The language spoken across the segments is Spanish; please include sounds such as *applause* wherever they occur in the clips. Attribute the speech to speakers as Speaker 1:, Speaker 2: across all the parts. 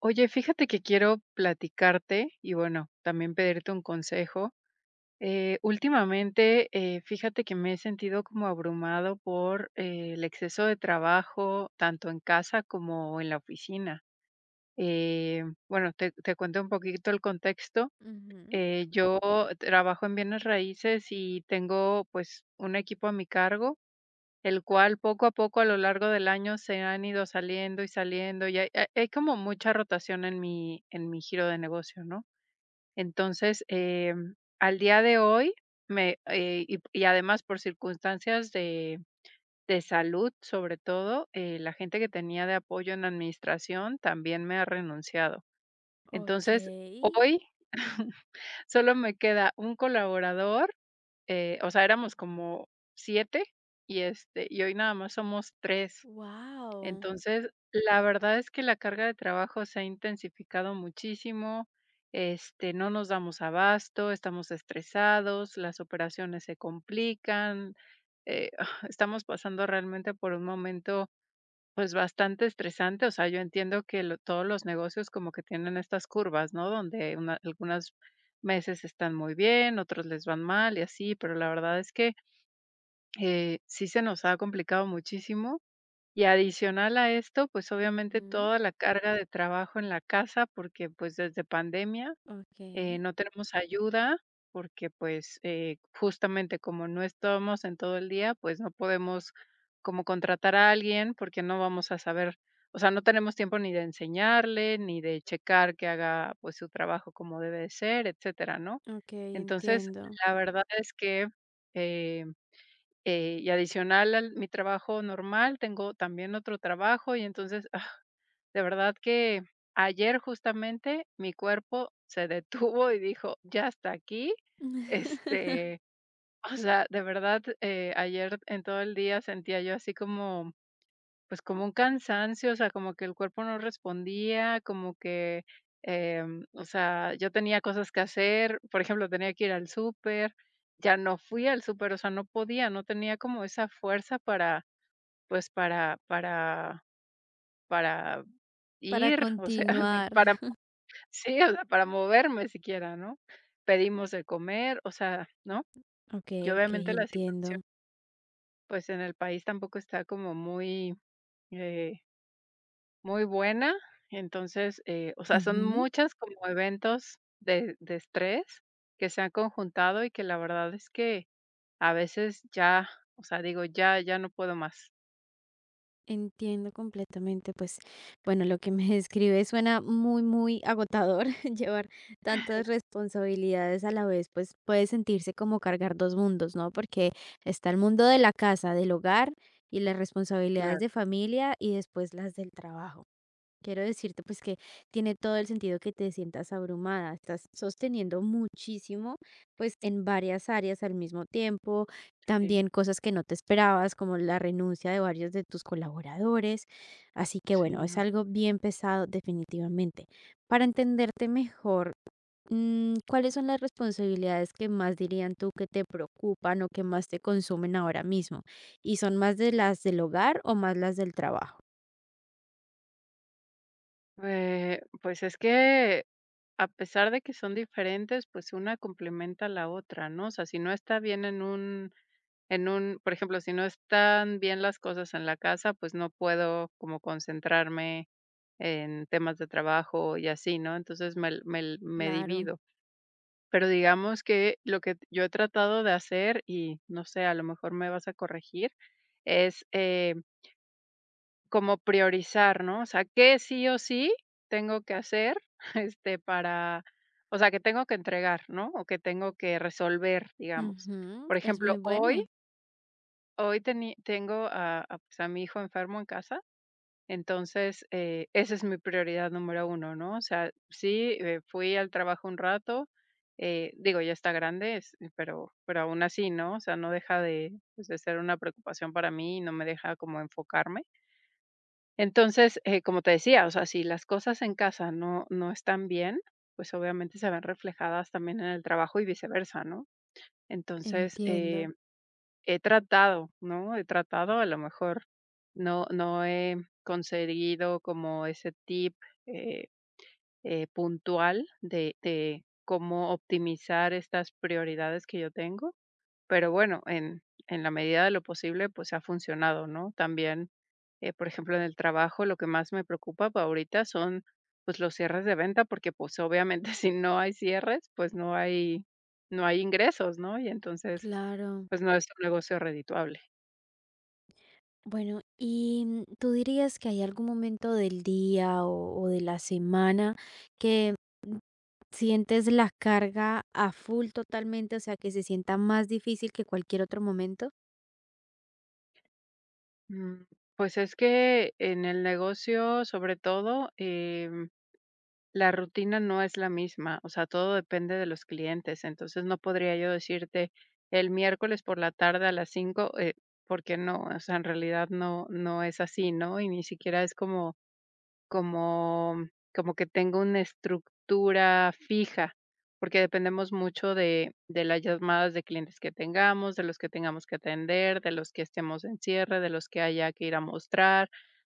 Speaker 1: Oye, fíjate que quiero platicarte y bueno, también pedirte un consejo. Últimamente, fíjate que me he sentido como abrumado por el exceso de trabajo, tanto en casa como en la oficina. Bueno, te cuento un poquito el contexto.
Speaker 2: Ujú.
Speaker 1: Yo trabajo en bienes raíces y tengo, pues, un equipo a mi cargo, el cual poco a poco a lo largo del año se han ido saliendo y saliendo, y hay como mucha rotación en mi giro de negocio, ¿no? Entonces, al día de hoy, y además, por circunstancias de, salud, sobre todo, la gente que tenía de apoyo en administración también me ha renunciado. Entonces,
Speaker 2: Okey.
Speaker 1: hoy, *laughs* solo me queda un colaborador, o sea, éramos como 7 y hoy nada más somos tres.
Speaker 2: Wow.
Speaker 1: Entonces, la verdad es que la carga de trabajo se ha intensificado muchísimo, no nos damos abasto, estamos estresados, las operaciones se complican, eh, *laughs* *sighs* estamos pasando realmente por un momento, pues, bastante estresante. O sea, yo entiendo que todos los negocios como que tienen estas curvas, ¿no? Donde algunos meses están muy bien, otros les van mal y así, pero la verdad es que sí se nos ha complicado muchísimo. Y adicional a esto, pues, obviamente,
Speaker 2: Ujú.
Speaker 1: toda la carga de trabajo en la casa, porque, pues, desde pandemia,
Speaker 2: Okey.
Speaker 1: no tenemos ayuda, porque, pues, justamente, como no estamos en todo el día, pues, no podemos como contratar a alguien porque no vamos a saber. O sea, no tenemos tiempo ni de enseñarle, ni de checar que haga, pues, su trabajo como debe de ser, etcétera, ¿no?
Speaker 2: Okey,
Speaker 1: Entonces,
Speaker 2: entiendo.
Speaker 1: la verdad es que, eh y adicional a mi trabajo normal, tengo también otro trabajo, y entonces, de verdad que ayer justamente mi cuerpo se detuvo y dijo: "Ya, hasta aquí".
Speaker 2: *laughs*
Speaker 1: Este, o sea, de verdad, ayer en todo el día sentía yo así como, pues, como un cansancio. O sea, como que el cuerpo no respondía, como que, o sea, yo tenía cosas que hacer. Por ejemplo, tenía que ir al súper, ya no fui al súper. O sea, no podía, no tenía como esa fuerza para, pues, para
Speaker 2: Para
Speaker 1: ir. O sea, *laughs* de
Speaker 2: continuar.
Speaker 1: para sí, o sea, para moverme siquiera, ¿no? Pedimos de comer, o sea, ¿no? Y
Speaker 2: Okey,
Speaker 1: obviamente
Speaker 2: okey,
Speaker 1: la situación,
Speaker 2: entiendo.
Speaker 1: pues, en el país tampoco está como muy, eh muy buena. Entonces, o sea, son
Speaker 2: Ujú.
Speaker 1: muchas como eventos de estrés, que se han conjuntado, y que la verdad es que a veces ya, o sea, digo, ya no puedo más.
Speaker 2: Entiendo completamente, pues, bueno, lo que me *laughs* describes suena muy, muy agotador, *laughs* llevar
Speaker 1: *laughs*
Speaker 2: tantas responsabilidades a la vez, pues, puede sentirse como cargar 2 mundos, ¿no? Porque está el mundo de la casa, del hogar y las responsabilidades
Speaker 1: Claro,
Speaker 2: de familia, y después las del trabajo. Quiero decirte pues que tiene todo el sentido que te sientas abrumada, estás sosteniendo muchísimo pues en varias áreas al mismo tiempo,
Speaker 1: sí,
Speaker 2: también cosas que no te esperabas como la renuncia de varios de tus colaboradores, así que
Speaker 1: sí,
Speaker 2: bueno, es
Speaker 1: no.
Speaker 2: algo bien pesado definitivamente. Para entenderte mejor, ¿cuáles son las responsabilidades que más dirían tú que te preocupan o que más te consumen ahora mismo? ¿Y son más de las del hogar o más las del trabajo?
Speaker 1: Pues es que, a pesar de que son diferentes, pues una complementa a la otra, ¿no? O sea, si no está bien en un por ejemplo, si no están bien las cosas en la casa, pues no puedo como concentrarme en temas de trabajo y así, ¿no? Entonces, me
Speaker 2: Claro.
Speaker 1: divido. Pero digamos que lo que yo he tratado de hacer, y no sé, a lo mejor me vas a corregir, es como priorizar, ¿no? O sea, qué sí o sí tengo que hacer, *laughs* este, para, o sea, que tengo que entregar, ¿no? O que tengo que resolver, digamos.
Speaker 2: Ujú,
Speaker 1: Por
Speaker 2: es muy
Speaker 1: ejemplo, hoy,
Speaker 2: bueno.
Speaker 1: hoy tengo pues, a mi hijo enfermo en casa. Entonces, esa es mi prioridad número uno, ¿no? O sea, sí, fui al trabajo un rato. Digo, ya está grande, es, pero aún así, ¿no? O sea, no deja de, pues, de ser una preocupación para mí, y no me deja como enfocarme. Entonces, como te decía, o sea, si las cosas en casa no están bien, pues, obviamente, se ven reflejadas también en el trabajo y viceversa, ¿no? Entonces,
Speaker 2: Entiendo,
Speaker 1: He tratado, ¿no? He tratado, a lo mejor no he conseguido como ese tip, eh, puntual de cómo optimizar estas prioridades que yo tengo, pero, bueno, en la medida de lo posible, pues, ha funcionado, ¿no? También, por ejemplo, en el trabajo, lo que más me preocupa pa ahorita son, pues, los cierres de venta, porque, pues, obviamente, *laughs* si no hay cierres, pues, no hay ingresos, ¿no? Y entonces,
Speaker 2: claro.
Speaker 1: pues, no es un negocio redituable.
Speaker 2: Bueno, ¿y tú dirías que hay algún momento del día o de la semana que sientes la carga a full totalmente, o sea, que se sienta más difícil que cualquier otro momento?
Speaker 1: Mm, Pues es que en el negocio, sobre todo, la rutina no es la misma. O sea, todo depende de los clientes. Entonces, no podría yo decirte el miércoles por la tarde a las 5, porque no. O sea, en realidad no, no es así, ¿no? Y ni siquiera es como como como que tenga una estructura fija, porque dependemos mucho de las llamadas de clientes que tengamos, de los que tengamos que atender, de los que estemos en cierre, de los que haya que ir a mostrar,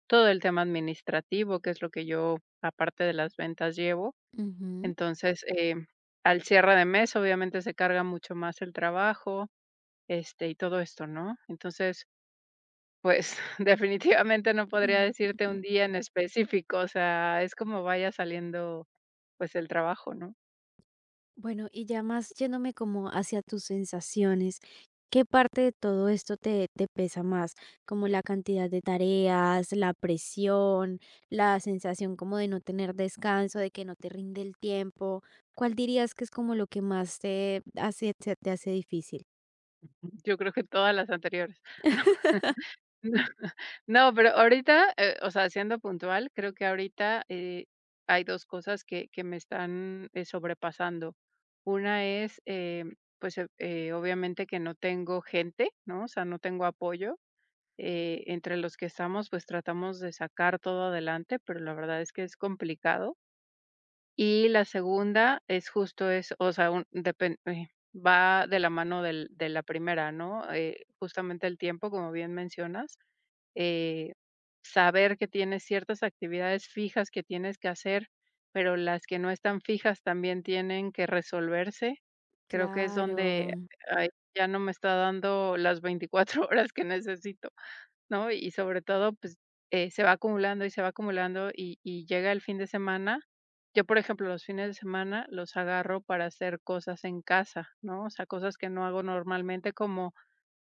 Speaker 1: todo el tema administrativo, que es lo que yo, aparte de las ventas, llevo.
Speaker 2: Ujú,
Speaker 1: Entonces, al cierre de mes, obviamente, se carga mucho más el trabajo, y todo esto, ¿no? Entonces, pues, *laughs* definitivamente, no podría decirte
Speaker 2: ujú.
Speaker 1: un día en específico. O sea, es como vaya saliendo, pues, el trabajo, ¿no?
Speaker 2: Bueno, y ya más yéndome como hacia tus sensaciones, ¿qué parte de todo esto te pesa más? Como la cantidad de tareas, la presión, la sensación como de no tener descanso, de que no te rinde el tiempo. ¿Cuál dirías que es como lo que más te hace, se te hace difícil?
Speaker 1: Yo creo que todas las anteriores. *laughs* No, no, no, pero ahorita, o sea, siendo puntual, creo que ahorita, hay 2 cosas que me están, sobrepasando. Una es, pues, obviamente, que no tengo gente, ¿no? O sea, no tengo apoyo. Entre los que estamos, pues, tratamos de sacar todo adelante, pero la verdad es que es complicado. Y la segunda es justo, es, o sea, un depen va de la mano del de la primera, ¿no? Justamente, el tiempo, como bien mencionas, eh, saber que tienes ciertas actividades fijas que tienes que hacer, pero las que no están fijas también tienen que resolverse. Creo que es
Speaker 2: Claro,
Speaker 1: donde, ay, ya no me está dando las 24 *laughs* horas que necesito, ¿no? Y sobre todo, pues, se va acumulando y se va acumulando, y llega el fin de semana. Yo, por ejemplo, los fines de semana los agarro para hacer cosas en casa, ¿no? O sea, cosas que no hago normalmente, como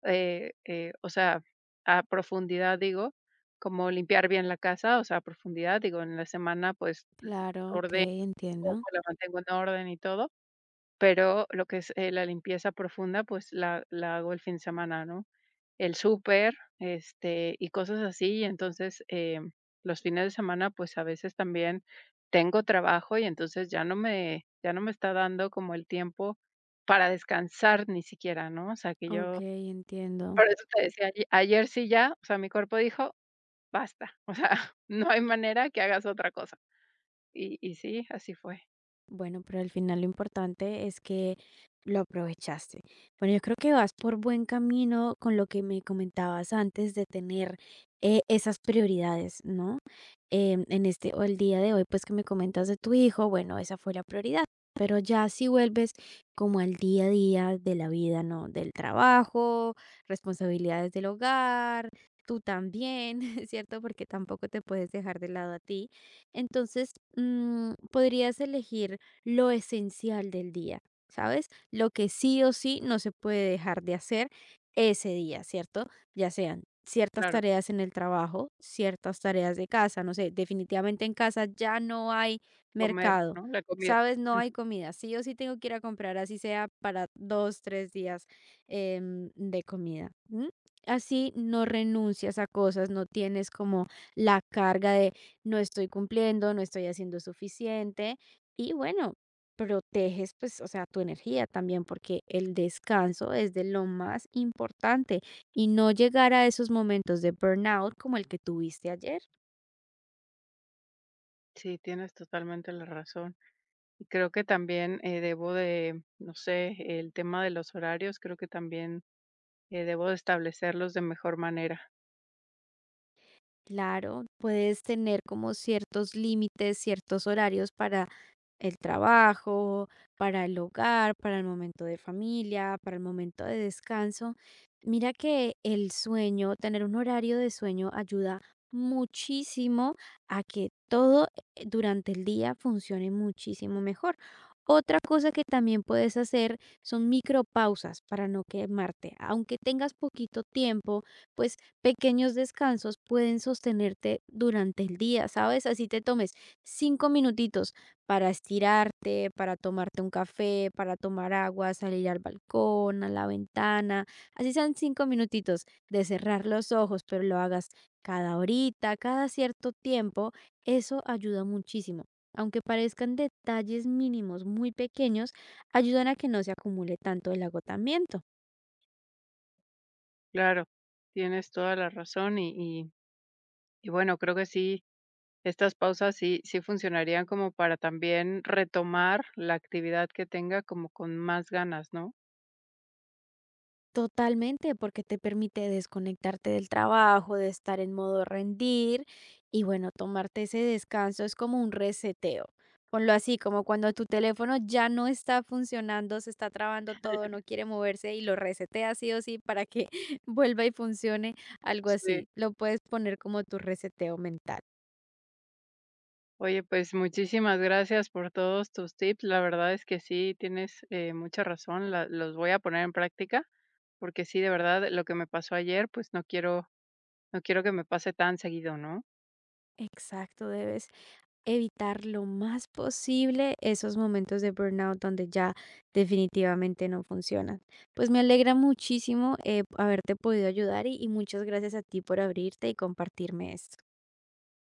Speaker 1: o sea, a profundidad, digo, como limpiar bien la casa, o sea, a profundidad. Digo, en la semana, pues,
Speaker 2: claro, ok,
Speaker 1: ordeno,
Speaker 2: entiendo.
Speaker 1: la mantengo en orden y todo, pero lo que es, la limpieza profunda, pues, la hago el fin de semana, ¿no? El súper, y cosas así. Y entonces, los fines de semana, pues, a veces también tengo trabajo, y entonces ya no me está dando como el tiempo para descansar ni siquiera, ¿no? O sea, que
Speaker 2: Ok,
Speaker 1: yo
Speaker 2: entiendo.
Speaker 1: por eso te decía, ayer sí, ya, o sea, mi cuerpo dijo: "Basta, *laughs* o sea, no hay manera que hagas otra cosa". Y sí, así fue.
Speaker 2: Bueno, pero al final lo importante es que lo aprovechaste. Bueno, yo creo que vas por buen camino con lo que me comentabas antes de tener esas prioridades, ¿no? Em, en este o el día de hoy, pues que me comentas de tu hijo, bueno, esa fue la prioridad. Pero ya si vuelves como al día a día de la vida, ¿no? Del trabajo, responsabilidades del hogar, tú también, *laughs* ¿cierto? Porque tampoco te puedes dejar de lado a ti. Entonces, podrías elegir lo esencial del día, ¿sabes? Lo que sí o sí no se puede dejar de hacer ese día, ¿cierto? Ya sean ciertas
Speaker 1: Claro,
Speaker 2: tareas en el trabajo, ciertas tareas de casa, no sé, definitivamente en casa ya no hay
Speaker 1: comer,
Speaker 2: mercado,
Speaker 1: ¿no? La comida.
Speaker 2: ¿sabes? No
Speaker 1: Ujú.
Speaker 2: hay comida, sí o sí tengo que ir a comprar, así sea para 2, 3 días de comida. ¿M? Así no renuncias a cosas, no tienes como la carga de no estoy cumpliendo, no estoy haciendo suficiente. Y bueno, proteges, pues, o sea, tu energía también, porque el descanso es de lo más importante y no llegar a esos momentos de burnout como el que tuviste ayer.
Speaker 1: Sí, tienes totalmente la razón. Y creo que también, debo de, no sé, el tema de los horarios, creo que también, debo de establecerlos de mejor manera.
Speaker 2: Claro, puedes tener como ciertos límites, ciertos horarios para el trabajo, para el hogar, para el momento de familia, para el momento de descanso. Mira que el sueño, tener un horario de sueño ayuda muchísimo a que todo durante el día funcione muchísimo mejor. Otra cosa que también puedes hacer son micropausas para no quemarte. Aunque tengas poquito tiempo, pues, pequeños descansos pueden sostenerte durante el día, ¿sabes? Así te tomes 5 minutitos para estirarte, para tomarte un café, para tomar agua, salir al balcón, a la ventana. Así sean 5 minutitos de cerrar los ojos, pero lo hagas cada horita, cada cierto tiempo. Eso ayuda muchísimo. Aunque parezcan detalles mínimos muy pequeños, ayudan a que no se acumule tanto el agotamiento.
Speaker 1: Claro, tienes toda la razón, y y bueno, creo que sí, estas pausas sí, sí funcionarían como para también retomar la actividad que tenga como con más ganas, ¿no?
Speaker 2: Totalmente, porque te permite desconectarte del trabajo, de estar en modo rendir y bueno, tomarte ese descanso es como un reseteo. Ponlo así, como cuando tu teléfono ya no está funcionando, se está trabando todo, no quiere moverse y lo reseteas sí o sí para que *laughs* vuelva y funcione, algo así.
Speaker 1: Sí.
Speaker 2: Lo puedes poner como tu reseteo mental.
Speaker 1: Oye, pues muchísimas gracias por todos tus tips. La verdad es que sí tienes, mucha razón, la los voy a poner en práctica, porque sí, de verdad, lo que me pasó ayer, pues no quiero que me pase tan seguido, ¿no?
Speaker 2: Exacto, debes evitar lo más posible esos momentos de burnout donde ya definitivamente no funcionan. Pues me alegra muchísimo haberte podido ayudar y muchas gracias a ti por abrirte y compartirme esto.